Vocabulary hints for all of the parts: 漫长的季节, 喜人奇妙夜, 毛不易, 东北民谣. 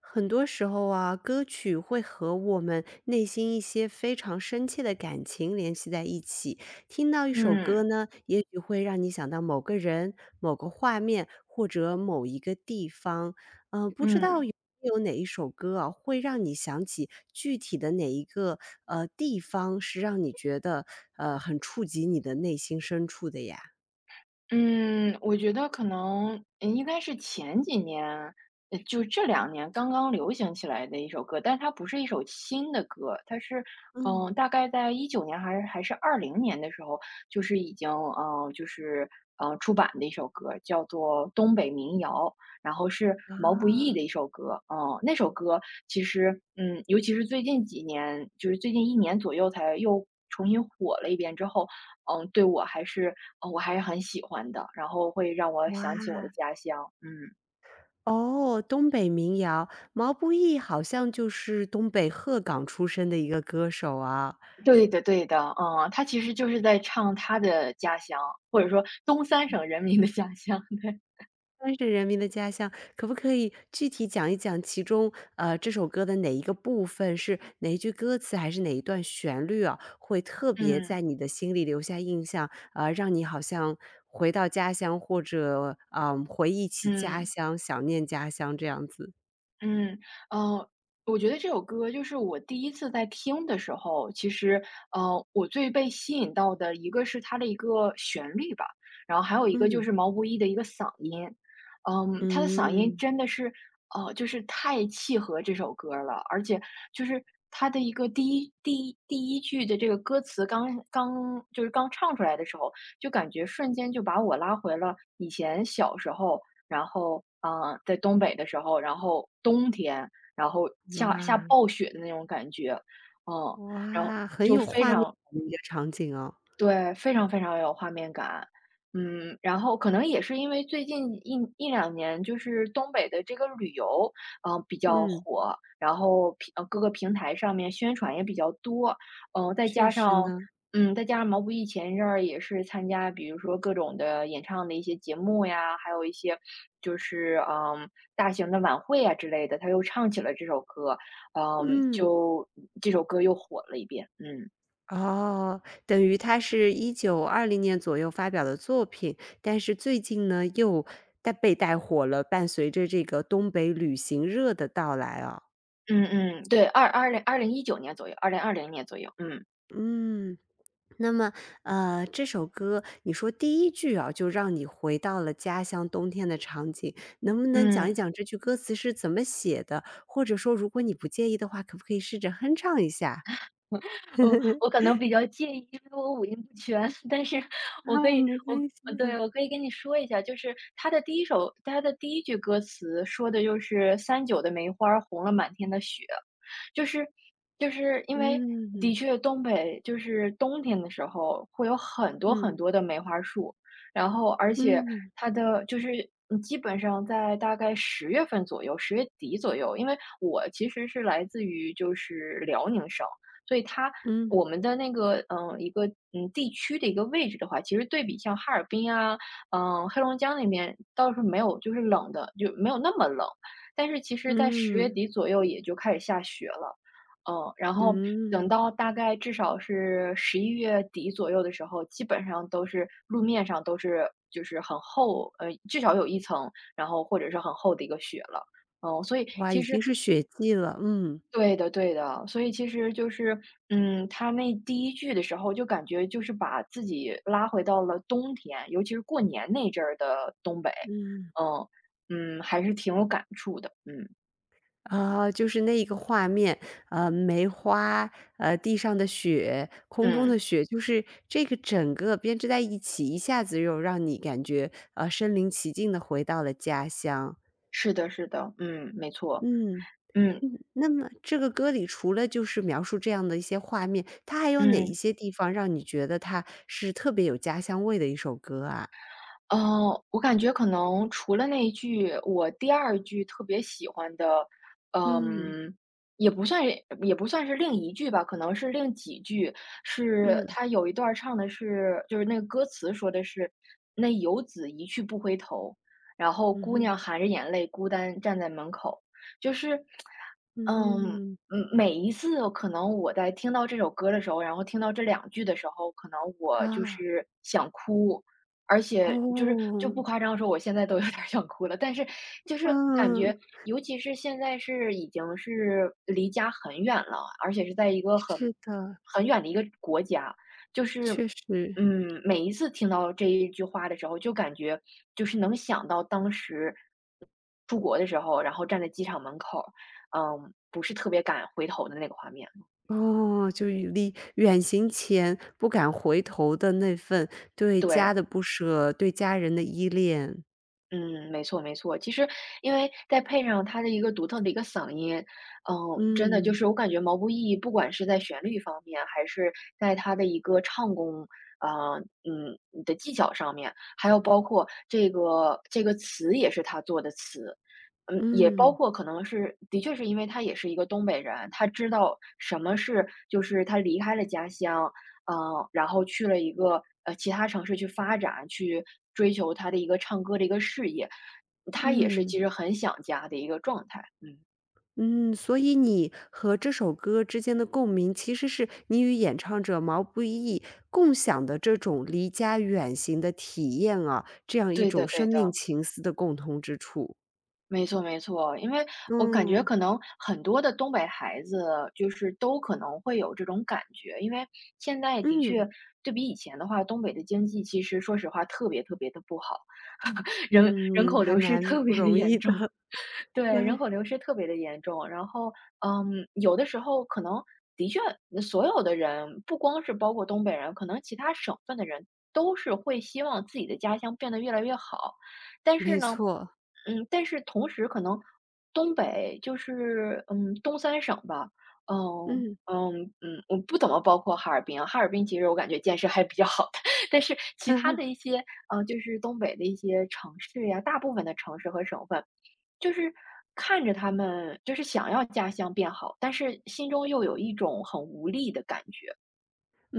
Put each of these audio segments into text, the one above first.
很多时候啊，歌曲会和我们内心一些非常深切的感情联系在一起。听到一首歌嗯，呢，也许会让你想到某个人、某个画面或者某一个地方。不知道嗯，有哪一首歌啊，会让你想起具体的哪一个地方，是让你觉得很触及你的内心深处的呀？嗯，我觉得可能应该是前几年，就这两年刚刚流行起来的一首歌，但它不是一首新的歌，它是，嗯，大概在一九年还是二零年的时候，就是已经，就是出版的一首歌，叫做《东北民谣》，然后是啊，毛不易的一首歌。嗯，那首歌其实，尤其是最近几年，就是最近一年左右才又重新火了一遍之后，嗯，对我还是我还是很喜欢的，然后会让我哇，想起我的家乡，嗯。哦，东北民谣，毛不易好像就是东北鹤岗出生的一个歌手啊，对的对的，他其实就是在唱他的家乡，或者说东三省人民的家乡，对。川是人民的家乡，可不可以具体讲一讲其中，这首歌的哪一个部分是哪一句歌词，还是哪一段旋律啊，会特别在嗯，你的心里留下印象，让你好像回到家乡或者，回忆起家嗯。乡，想念家乡这样子？嗯，呃，我觉得这首歌就是我第一次在听的时候，其实，我最被吸引到的一个是它的一个旋律吧，然后还有一个就嗯，是毛不易的一个嗓音。他的嗓音嗯，真的是，就是太契合这首歌了，而且就是他的一个第一句的这个歌词刚刚就是刚唱出来的时候，就感觉瞬间就把我拉回了以前小时候，然后啊，在东北的时候，然后冬天，然后下哇，暴雪的那种感觉。嗯，然后哇，很就有非画面常，感的一个场景哦。对，非常非常有画面感。然后可能也是因为最近一两年，就是东北的这个旅游，嗯，比较嗯，火，然后各个平台上面宣传也比较多。嗯、再确加实上，呢。再加上毛不易前一阵儿也是参加，比如说各种的演唱的一些节目呀，还有一些就是大型的晚会啊之类的，他又唱起了这首歌。嗯，嗯，就这首歌又火了一遍，嗯。哦，等于他是1920年左右发表的作品，但是最近呢，又被带火了，伴随着这个东北旅行热的到来啊。嗯嗯，对，2019年左右2020年左右。嗯，嗯，那么，这首歌你说第一句啊，就让你回到了家乡冬天的场景，能不能讲一嗯。讲这句歌词是怎么写的？或者说如果你不介意的话，可不可以试着哼唱一下？我可 能比较介意，因为我五音不全，但是我可啊，以，没我关系，呃对，我可以跟你说一下，就是他的第一句歌词说的就是"三九的梅花儿红了满天的雪"。就是就是因为嗯，的嗯确东北就是冬天的时候会有很多很嗯。多的梅花树。然后而且嗯，它的就是基本上在大概10月份左右，十月底左右，因为我其实是来自于就是辽宁省。所以嗯，我们的那个一个地区的一个位置的话，其实对比像哈尔滨啊，黑龙江那边倒是没有就是冷的，就没有那么冷。但是其实，在十月嗯，底左右也就开始下雪了，然后等嗯，到大概至少是11月底左右的时候，基本上都是路面上都是就是很厚，至少有一层，然后或者是很厚的一个雪了。嗯，所以哇，已其实经是雪季了，嗯，对的，对的，所以其实就是，他那第一句的时候就感觉就是把自己拉回到了冬天，尤其是过年那阵儿的东北。嗯，嗯，还是挺有感触的。嗯，啊，就是那一个画面，梅花，地上的雪，空中的嗯，雪，就是这个整个编织在一起，一下子又让你感觉，身临其境的回到了家乡。是的，是的，没错。嗯，嗯，嗯，那么这个歌里除了就是描述这样的一些画面，它还有哪一嗯。些地方让你觉得它是特别有家乡味的一首歌啊？嗯，我感觉可能除了那一句，我第二句特别喜欢的，嗯，嗯，也不算也不算是另一句吧，可能是另几句，是嗯。他有一段儿唱的是就是那个歌词说的是"那游子一去不回头，然后嗯姑娘哼，含着眼泪孤单站在门口"。就是，嗯，嗯哼，每一次可能我在听到这首歌的时候，然后听到这两句的时候，可能我就啊，是想哭，而且就哦，不夸张地说，我现在都有点儿想哭了。但是就是感嗯，觉，尤其是现在是已经是离家很远了，而且是在一个很是的，很远的一个国家。就是，确实，每一次听到这一句话的时候，就感觉就是能想到当时出国的时候，然后站在机场门口儿不是特别敢回头的那个画面。哦，就与离远行前不敢回头的那份对家对。的不舍，对家人的依恋，嗯，没错没错。其实因为再配上他的一个独特的一个嗓音，嗯，真的就嗯，是我感觉毛不易不管是在旋律方面，还是在他的一个唱功，啊，嗯的技巧上面，还有包括这个词也是他做的词。也包嗯，括可能是的确是因为他也是一个东北人，他知道什么是就是他离开了家乡，嗯，然后去了一个其他城市去发展，去追求他的一个唱歌的一个事业，他也是嗯，其实很想家的一个状态。嗯，嗯，所以你和这首歌之间的共鸣，其实是你与演唱者毛不易共享的这种离家远行的体验啊，这样一对种的，生对命的，情思的共同之处。没错，没错。因为我感觉嗯，可能很多的东北孩子就是都可能会有这种感觉，因为现在的嗯，确对比以前的话，东北的经济其实说实话特别特别的不好。人嗯，嗯嗯口还流失蛮特不别的容严易的，重。对，人对，口流失特别的严重。然后，有的时候可能的确，所有的人，不光是包括东北人，可能其他省份的人都是会希望自己的家乡变得越来越好。但是没呢，错，但是同时可能东北就是，东三省吧。嗯。我不怎么包括哈尔滨啊，哈尔滨其实我感觉建设还比较好的。但是其他的 一些，就是东北的一些城市呀，大部分的城市和省份就是看着他们，就是想要家乡变好，但是心中又有一种很无力的感觉。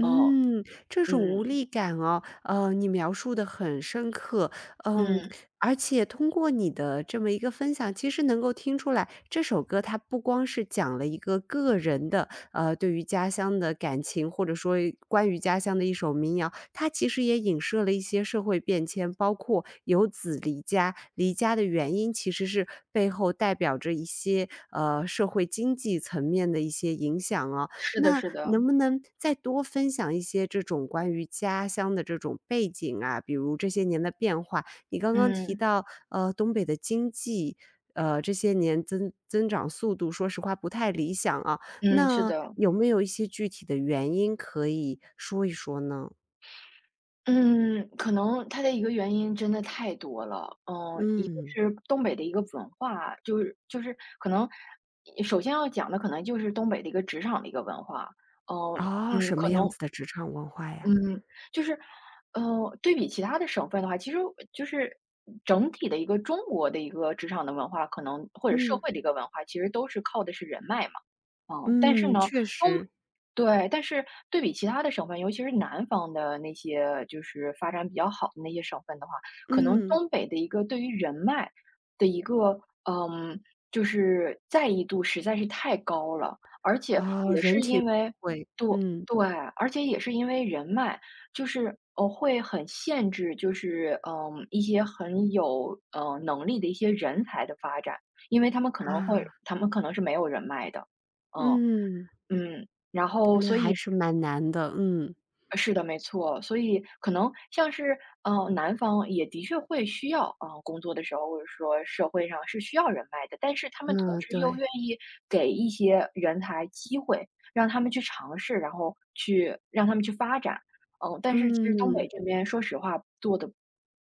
哦。这种无嗯，力感哦，你描述的很深刻，嗯，嗯，而且通过你的这么一个分享，其实能够听出来，这首歌它不光是讲了一个个人的，对于家乡的感情，或者说关于家乡的一首民谣，它其实也影射了一些社会变迁，包括游子离家，离家的原因其实是背后代表着一些社会经济层面的一些影响哦。是的，那是的，能不能再多分享一些这种关于家乡的这种背景啊？比如这些年的变化，你刚刚提嗯，到，东北的经济，这些年增长速度，说实话不太理想啊。嗯，是那的。有没有一些具体的原因可以说一说呢？嗯，可能它的一个原因真的太多了。嗯，一个嗯，是东北的一个文化，就是可能首先要讲的可能就是东北的一个职场的一个文化。嗯，哦，什么可样能子的职场文化呀？嗯，就是，对比其他的省份的话，其实就是整体的一个中国的一个职场的文化，可能或者社嗯会的一个文化，其实都是靠的是人脉嘛。但是嗯，呢，确东实，对。但是对比其他的省份，尤其是南方的那些就是发展比较好的那些省份的话，可能嗯，东北的一个对于人脉的一个，嗯，就是在意度实在是太高了。而且哦，也人是情因为，味，对嗯对，而且也是因为人脉，就是会很限制，就是一些很有能力的一些人才的发展，因为啊，他们可能是没有人脉的。嗯嗯。嗯，然后那所还以是蛮难的，嗯。呃是的，没错。所以可能像是，南方也的确会需要，工作的时候，或者说社会上是需要人脉的，但是他们同嗯，时又对。愿意给一些人才机会，让他们去尝试，然后去让他们去发展。但是其实东嗯，北这边说实话做的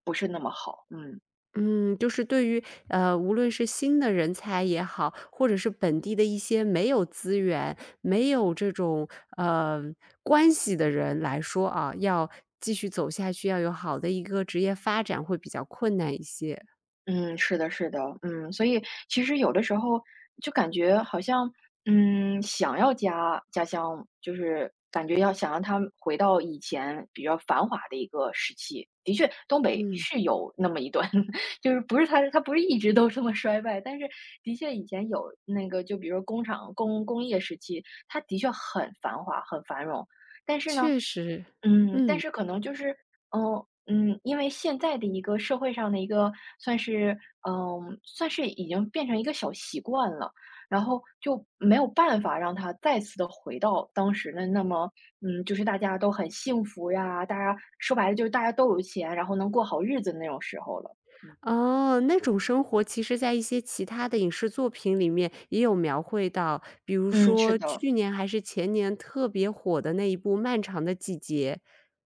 不是那么好，嗯。嗯，就是对于，无论是新的人才也好，或者是本地的一些没有资源、没有这种，呃，关系的人来说啊，要继续走下去，要有好的一个职业发展会比较困难一些。嗯，是的，是的，所以其实有的时候就感觉好像，想要家乡，就是感觉要想让他回到以前比较繁华的一个时期。的确，东北嗯，是有那么一段，就是不是一直都这么衰败，但是的确以前有那个，就比如说工厂工工业时期，它的确很繁华，很繁荣。但是呢，确实。但嗯。是可能就是，因为现在的一个社会上的一个算是，算是已经变成一个小习惯了，然后就没有办法让他再次的回到当时的那么，就是大家都很幸福呀，大家说白了就是大家都有钱，然后能过好日子的那种时候了。嗯哦，那种生活其实在一些其他的影视作品里面也有描绘到，比如嗯，是说的，去年还是前年特别火的那一部《漫长的季节》。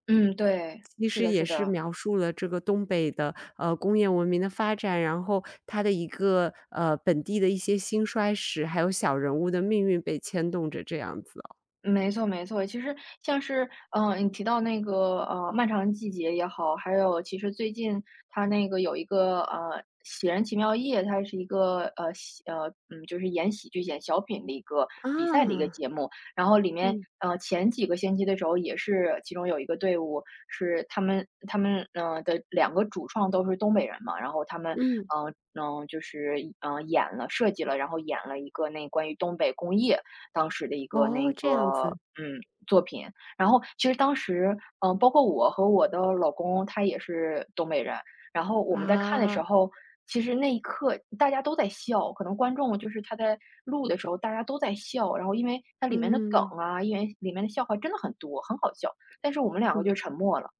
嗯，对，其是实的，也是是的。描述了这个东北的工业文明的发展，然后它的一个本地的一些兴衰史，还有小人物的命运被牵动着这样子哦没错没错，其实像是，你提到那个，漫长的季节也好，还有其实最近它那个有一个，《喜人奇妙夜》，它是一个，就是演喜剧、演小品的一个比赛的一个啊，节目。然后里面，嗯前几个星期的时候也是其中有一个队伍是他们，的两个主创都是东北人嘛，然后他们，嗯，就是设计了，然后演了一个那关于东北工业当时的一个哦，那这样个子嗯，作品。然后其实当时，包括我和我的老公，他也是东北人，然后我们在看的啊，时候，其实那一刻大家都在笑，可能观众就是他在录的时候大家都在笑，然后因为它里面的梗嗯啊，因为里面的笑话真的很多，很好笑，但是我们两个嗯就沉默了。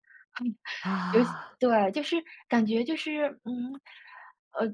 尤其啊，对，就是感觉就是，呃，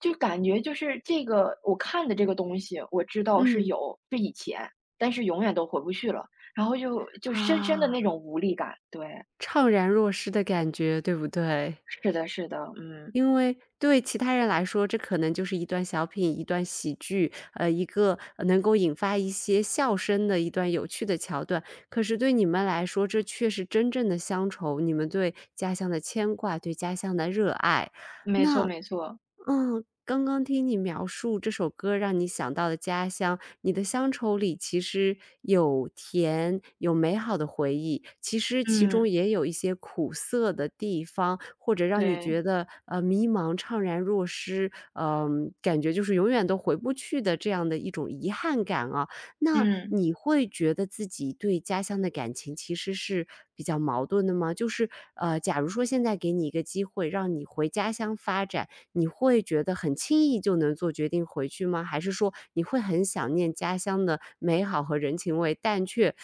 就感觉就是这个我看的这个东西，我知道是嗯。有是以前，但是永远都回不去了，然后就深深的啊，那种无力感。对，怅然若失的感觉，对不对？是的是的，嗯，因为对其他人来说，这可能就是一段小品、一段喜剧，一个能够引发一些笑声的一段有趣的桥段。可是对你们来说，这却是真正的乡愁，你们对家乡的牵挂，对家乡的热爱。没错那没错，嗯，刚刚听你描述这首歌让你想到的家乡，你的乡愁里其实有甜，有美好的回忆，其实其中嗯，也有一些苦涩的地方，或者让你对，觉得迷茫、怅然若失，感觉就是永远都回不去的这样的一种遗憾感啊。那嗯。你会觉得自己对家乡的感情其实是比较矛盾的吗？就是假如说现在给你一个机会，让你回家乡发展。你会觉得很轻易就能做决定回去吗？还是说你会很想念家乡的美好和人情味，但却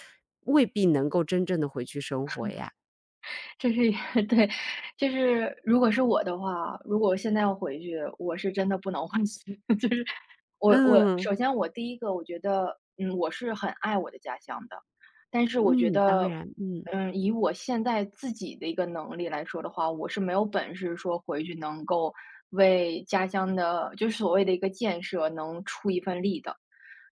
未必能够真正的回去生活呀？这是一 对，就是如果是我的话，如果现在要回去，我是真的不能回去。就是我嗯，首先我第一个，我觉得嗯，我是很爱我的家乡的，但是我觉嗯，当得然，嗯，以我现在自己的一个能力来说的话，我是没有本事说回去能够为家乡的，就是所谓的一个建设能出一份力的。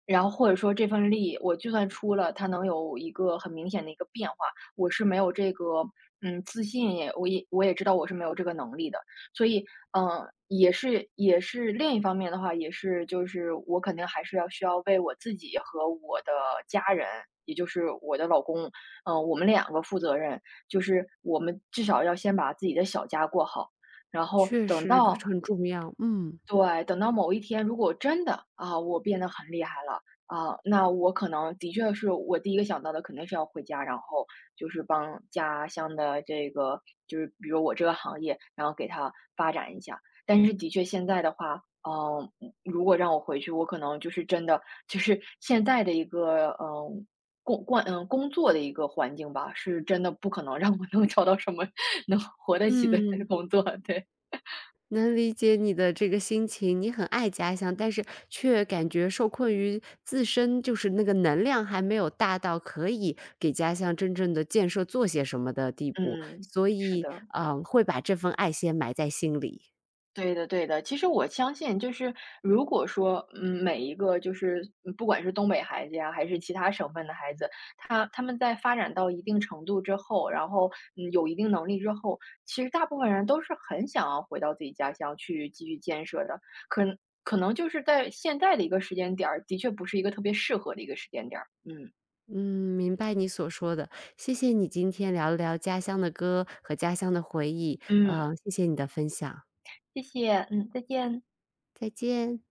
然后或者说这份力，我就算出了，它能有一个很明显的一个变化，我是没有这个自信，也我也我也知道我是没有这个能力的，所以也是另一方面的话，也是就是我肯定还是要需要为我自己和我的家人，也就是我的老公，我们两个负责任，就是我们至少要先把自己的小家过好，然后确等实到很重要，嗯，对，等到某一天，如果真的，啊，我变得很厉害了，啊，那我可能的确是我第一个想到的肯定是要回家，然后就是帮家乡的这个就是比如我这个行业，然后给它发展一下。但是的确现在的话，嗯，如果让我回去，我可能就是真的就是现在的一个，嗯，工惯嗯，工作的一个环境吧，是真的不可能让我能 找到什么能活得起的嗯。工作，对。能理解你的这个心情，你很爱家乡，但是却感觉受困于自身，就是那个能量还没有大到可以给家乡真正的建设做些什么的地步，嗯，所是以，的。嗯，会把这份爱先埋在心里。对的，对的。其实我相信，就是如果说，每一个就是不管是东北孩子呀，还是其他省份的孩子，他们在发展到一定程度之后，然后有一定能力之后，其实大部分人都是很想要回到自己家乡去继续建设的。可能可能就是在现在的一个时间点儿，的确不是一个特别适合的一个时间点儿。嗯嗯，明白你所说的，谢谢你今天聊了聊家乡的歌和家乡的回忆，嗯，嗯，谢谢你的分享，谢谢，嗯，再见。再见。